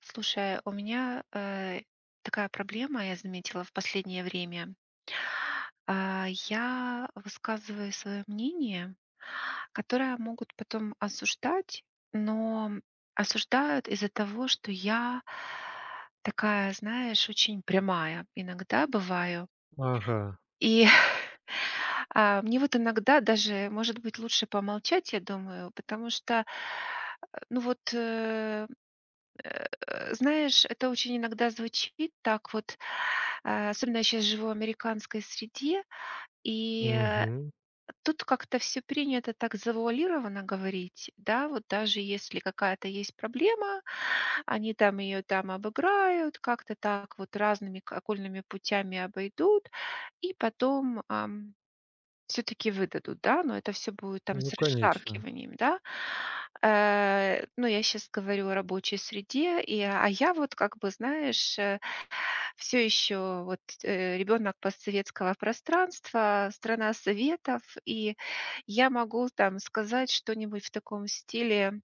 Слушай, у меня такая проблема, я заметила в последнее время. Я высказываю свое мнение, которое могут потом осуждать, но осуждают из-за того, что я такая, знаешь, очень прямая иногда бываю. Ага. И мне вот иногда даже, может быть, лучше помолчать, я думаю, потому что, знаешь, это очень иногда звучит так вот, особенно я щас живу в американской среде, и Мгм. тут как-то все принято так завуалированно говорить, да, вот даже если какая-то есть проблема, они там ее там обыграют, как-то так вот разными к окольными путями обойдут, и потом, все таки выдадут, да, но это все будет там Ну, с конечно. расшаркиванием, да. Ну, я сейчас говорю о рабочей среде, и я вот как бы, знаешь, все еще вот, ребенок постсоветского пространства, страна советов, и я могу там сказать что-нибудь в таком стиле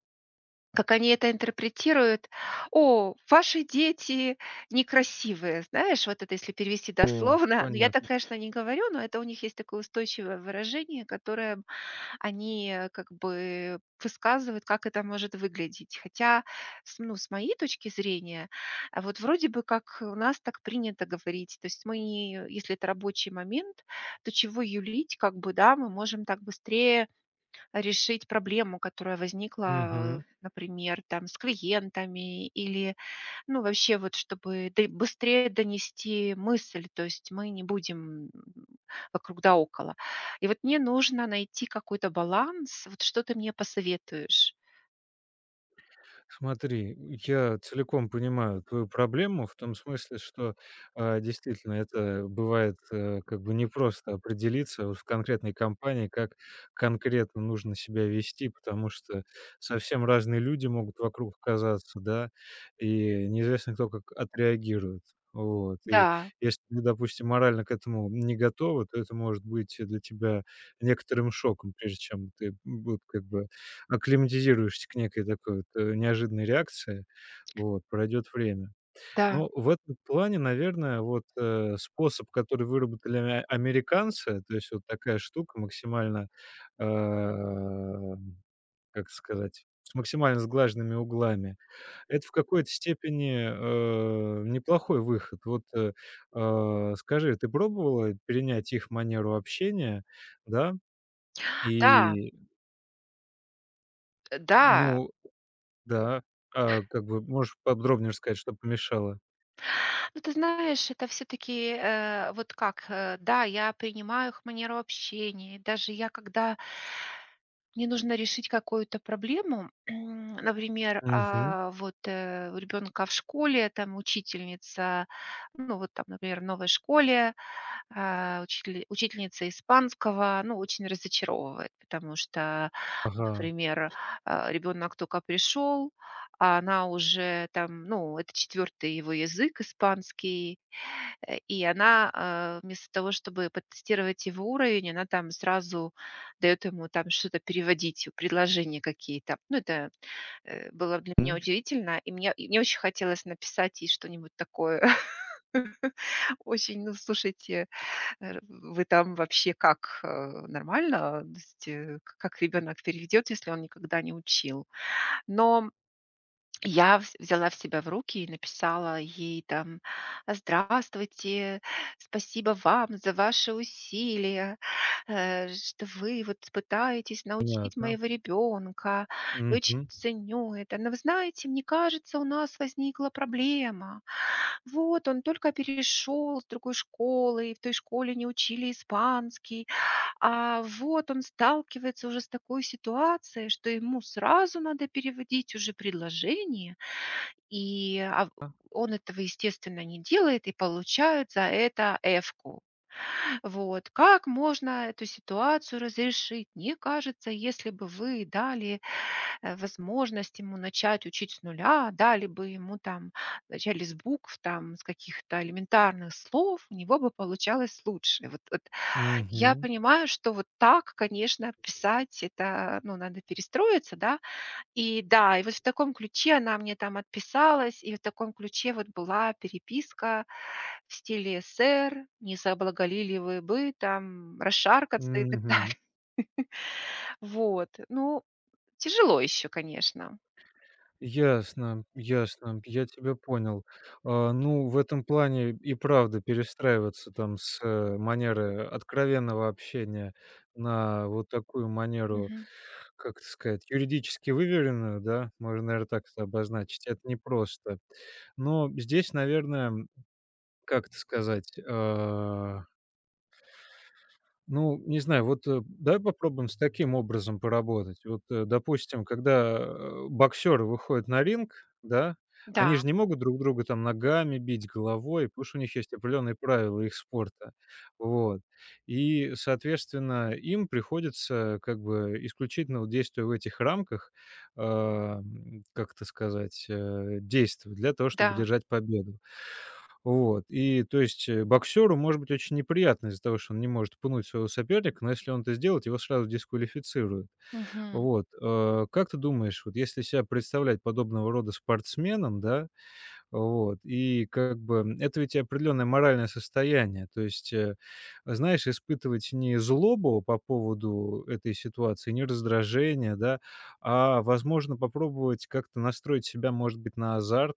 как они это интерпретируют: "О, ваши дети некрасивые". Знаешь, вот это если перевести О, дословно. Ну, я так, понятно. конечно, не говорю, но это у них есть такое устойчивое выражение, которое они, как бы высказывают, как это может выглядеть. Хотя, с ну, с моей точки зрения, вот вроде бы как у нас так принято говорить. То есть мы, не, если это рабочий момент, то чего юлить, как бы, да, мы можем так быстрее решить проблему, которая возникла, Мгм. Например, там с клиентами или, ну, вообще вот, чтобы ды быстрее донести мысль, то есть мы не будем, вокруг да около. И вот мне нужно найти какой-то баланс. Вот что ты мне посоветуешь? Смотри, я целиком понимаю твою проблему в том смысле, что, действительно, это бывает, как бы непросто определиться вот в конкретной компании, как конкретно нужно себя вести, потому что совсем разные люди могут вокруг оказаться, да, и неизвестно, кто как отреагирует. Вот. И Да, если ты, допустим, морально к этому не готова, то это может быть для тебя некоторым шоком, прежде чем ты, вот как бы акклиматизируешься к некой такой вот, неожиданной реакции. Вот, пройдет время. да, Но в этом плане, наверное, вот, способ, который выработали американцы, то есть вот такая штука максимально, э, как сказать, с максимально сглаженными углами. Это в какой-то степени, неплохой выход. Вот, скажи, ты пробовала перенять их манеру общения, да? да, И, э, да. ну, да, а как бы можешь подробнее рассказать, что помешало? Ну, ты знаешь, это все таки вот как, да, я принимаю их манеру общения. И даже я когда мне нужно решить какую-то проблему, например, Мгм. У ребенка в школе, там учительница, ну вот там, например, в новой школе, учительница испанского, ну, очень разочаровывает, потому что, Ага. например, ребенок только пришел, а она уже там, ну, это четвертый его язык испанский. И она вместо того, чтобы потестировать его уровень, она там сразу даёт ему там что-то переводить, предложения какие-то. Ну, это, было для меня М. удивительно, и мне очень хотелось написать ей что-нибудь такое. Очень: "Ну, слушайте, э, вы там вообще как, нормально? То есть, э, к как ребёнок переведёт, если он никогда не учил?" Но я вз взяла в себя в руки и написала ей там: "Здравствуйте, спасибо вам за ваши усилия, что вы вот пытаетесь научить Понятно. моего ребенка. Я очень Мгм. ценю это. Но вы знаете, мне кажется, у нас возникла проблема. Вот он только перешел с другой школы, и в той школе не учили испанский, а вот он сталкивается уже с такой ситуацией, что ему сразу надо переводить уже предложение и, а, в он этого, естественно, не делает и получает за это эфку. Вот. Как можно эту ситуацию разрешить? Мне кажется, если бы вы дали, возможность ему начать учить с нуля, дали бы ему там начали с букв, там, с каких-то элементарных слов, у него бы получалось лучше. Вот я Мгм. понимаю, что вот так, конечно, писать- это, ну, надо перестроиться, да, и да, и вот в таком ключе она мне там отписалась, и в таком ключе вот была переписка в стиле: "Сэр, не соблаголили вы бы там расшаркаться?" И так Мгм. далее. Вот. Ну, тяжело еще, конечно. Ясно, ясно, я тебя понял. А, ну, в этом плане и правда перестраиваться там с, манеры откровенного общения на вот такую манеру, Мгм. как это сказать, юридически выверенную, да, можно, наверное, так это обозначить, это непросто. Но здесь, наверное, как это сказать? Ну, не знаю, вот, давай попробуем с таким образом поработать. Вот, допустим, когда, боксеры выходят на ринг, да, Да, они же не могут друг друга там ногами бить, головой, потому что у них есть определенные правила их спорта. Вот. И, соответственно, им приходится как бы исключительно вот действуя в этих рамках, как это сказать, действовать для того, чтобы да. держать победу. Вот. И то есть, боксеру может быть очень неприятно из-за того, что он не может пнуть своего соперника, но если он это сделает, его сразу дисквалифицируют. Мгм. Вот. Как ты думаешь, вот если себя представлять подобного рода спортсменом, да, вот, и как бы, это ведь определенное моральное состояние, то есть, знаешь, испытывать не злобу по поводу этой ситуации, не раздражение, да, а, возможно, попробовать как-то настроить себя, может быть, на азарт,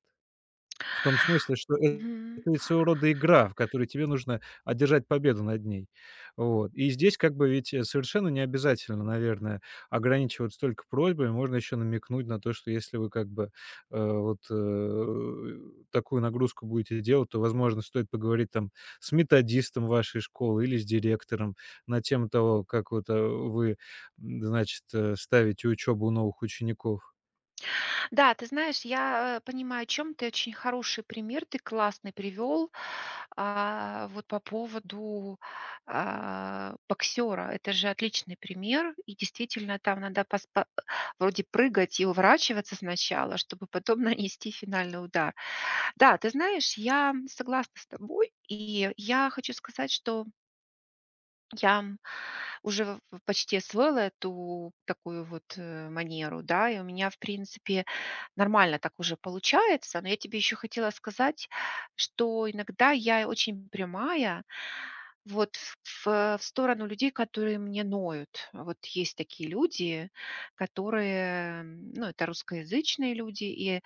в том смысле, что Мгм. это ведь своего рода игра, в которой тебе нужно одержать победу над ней. Вот. И здесь как бы ведь, совершенно не обязательно, наверное, ограничиваться только просьбами. Можно еще намекнуть на то, что если вы как бы, вот, такую нагрузку будете делать, то, возможно, стоит поговорить там с методистом вашей школы или с директором на тему того, как вот, вы, значит, ставите учебу у новых учеников. Да, ты знаешь, я, понимаю, о чем ты. Очень хороший пример ты классный привел вот по поводу, боксёра. Это же отличный пример. И действительно, там надо пос па вроде прыгать и уворачиваться сначала, чтобы потом нанести финальный удар. Да, ты знаешь, я согласна с тобой, и я хочу сказать, что я уже в почти освоила эту такую вот, манеру, да, и у меня, в принципе, нормально так уже получается. Но я тебе еще хотела сказать, что иногда я очень прямая вот в сторону людей, которые мне ноют. Вот есть такие люди, которые, ну, это русскоязычные люди, и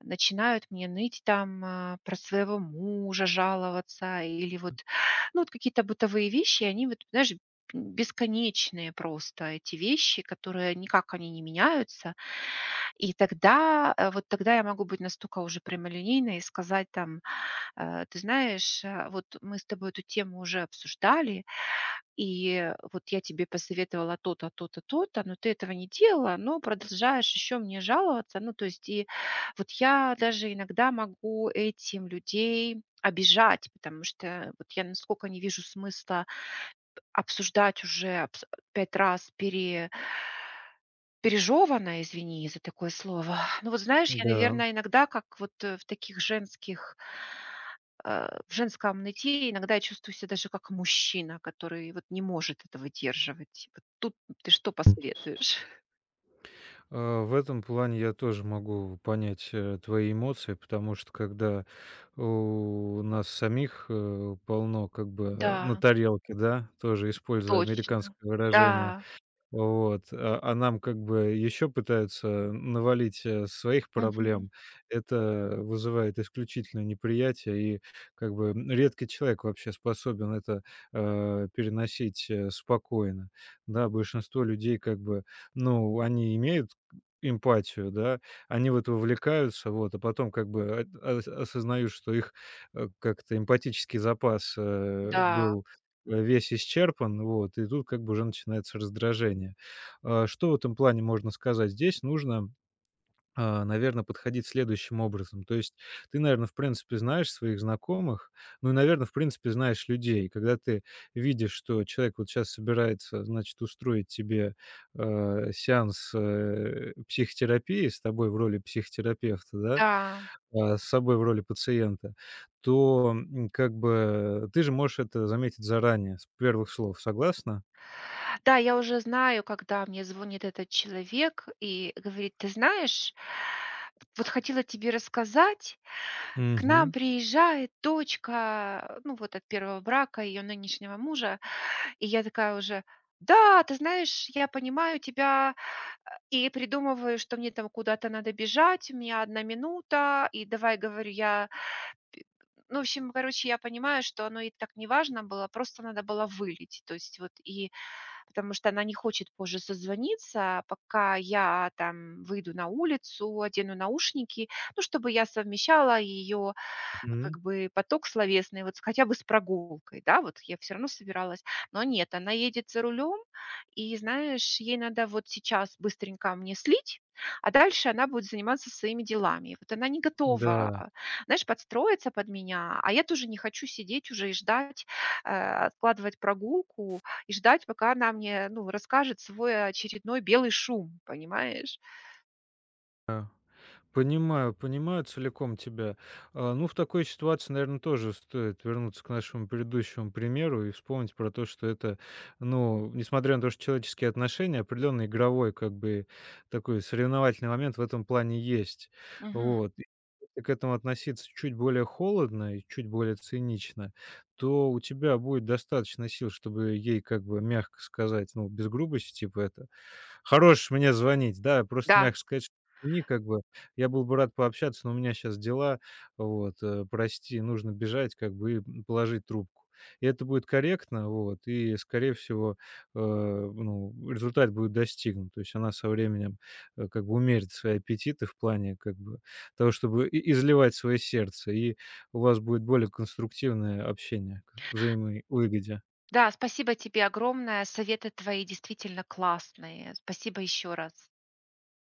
начинают мне ныть там, про своего мужа жаловаться или вот, ну, вот какие-то бытовые вещи, они вот, знаешь, бесконечные просто эти вещи, которые никак они не меняются. И тогда, вот тогда я могу быть настолько уже прямолинейной и сказать там: " ты знаешь, вот мы с тобой эту тему уже обсуждали, и вот я тебе посоветовала то-то, то-то, то-то, но ты этого не делала, но продолжаешь еще мне жаловаться. Ну, то есть, и вот я даже иногда могу этим людей обижать, потому что вот я насколько не вижу смысла обсуждать уже пять раз пере, пережеванное, извини за такое слово. Ну вот знаешь, я, Да. наверное, иногда как вот в таких женских в женском нытье иногда я чувствую себя даже как мужчина, который вот не может это выдерживать. Вот тут ты что посоветуешь? В этом плане я тоже могу понять, твои эмоции, потому что когда у нас самих, полно как бы Да, на тарелке, да, тоже используя точно. американское выражение, Да. вот, а нам как бы еще пытаются навалить, своих Мгм. проблем. Это вызывает исключительное неприятие, и как бы, редкий человек вообще способен это, переносить, спокойно. Да, большинство людей как бы, ну, они имеют эмпатию, да, они в это вовлекаются, вот, а потом как бы от ос осознают, что их, как-то эмпатический запас, Да, был, весь исчерпан, вот, и тут как бы уже начинается раздражение. А, что в этом плане можно сказать? Здесь нужно, наверное, подходить следующим образом. То есть ты, наверное, в принципе, знаешь своих знакомых, ну и, наверное, в принципе, знаешь людей. Когда ты видишь, что человек вот сейчас собирается, значит, устроить тебе, сеанс, психотерапии с тобой в роли психотерапевта, да, да. а, с собой в роли пациента, то, как бы ты же можешь это заметить заранее, с первых слов. Согласна? Да, я уже знаю, когда мне звонит этот человек и говорит: "Ты знаешь, вот хотела тебе рассказать, к нам Мгм. приезжает дочка, ну, вот от первого брака ее нынешнего мужа". И я такая уже: "Да, ты знаешь, я понимаю тебя". И придумываю, что мне там куда-то надо бежать, у меня одна минута, и давай, говорю, я ну, в общем, короче, я понимаю, что оно и так не важно было, просто надо было вылить. То есть вот и потому что она не хочет позже созвониться, а пока я там выйду на улицу, одену наушники, ну, чтобы я совмещала ее Мгм. как бы поток словесный, вот с хотя бы с прогулкой, да, вот я все равно собиралась. Но нет, она едет за рулем, и, знаешь, ей надо вот сейчас быстренько мне слить, а дальше она будет заниматься своими делами. И вот она не готова, Да. Знаешь, подстроиться под меня, а я тоже не хочу сидеть уже и ждать, э, откладывать прогулку и ждать, пока она мне, ну, расскажет свой очередной белый шум, понимаешь? Понимаю, понимаю целиком тебя. А, ну, в такой ситуации, наверное, тоже стоит вернуться к нашему предыдущему примеру и вспомнить про то, что это, ну, несмотря на то, что человеческие отношения, определенный игровой, как бы, такой соревновательный момент в этом плане есть. Мгм. Вот. И если к этому относиться чуть более холодно и чуть более цинично, то у тебя будет достаточно сил, чтобы ей, как бы, мягко сказать, ну, без грубости, типа, это хорош мне звонить. Да, просто Да. мягко сказать, что извини, как бы. Я был бы рад пообщаться, но у меня сейчас дела. Вот, прости, нужно бежать, как бы, и, положить трубку. И это будет корректно, вот, и, скорее всего, ну, результат будет достигнут. То есть она со временем, как бы умерит свои аппетиты в плане, как бы, того, чтобы и изливать свое сердце, и у вас будет более конструктивное общение к взаимовыгоде. Да, спасибо тебе огромное. Советы твои действительно классные. Спасибо еще раз.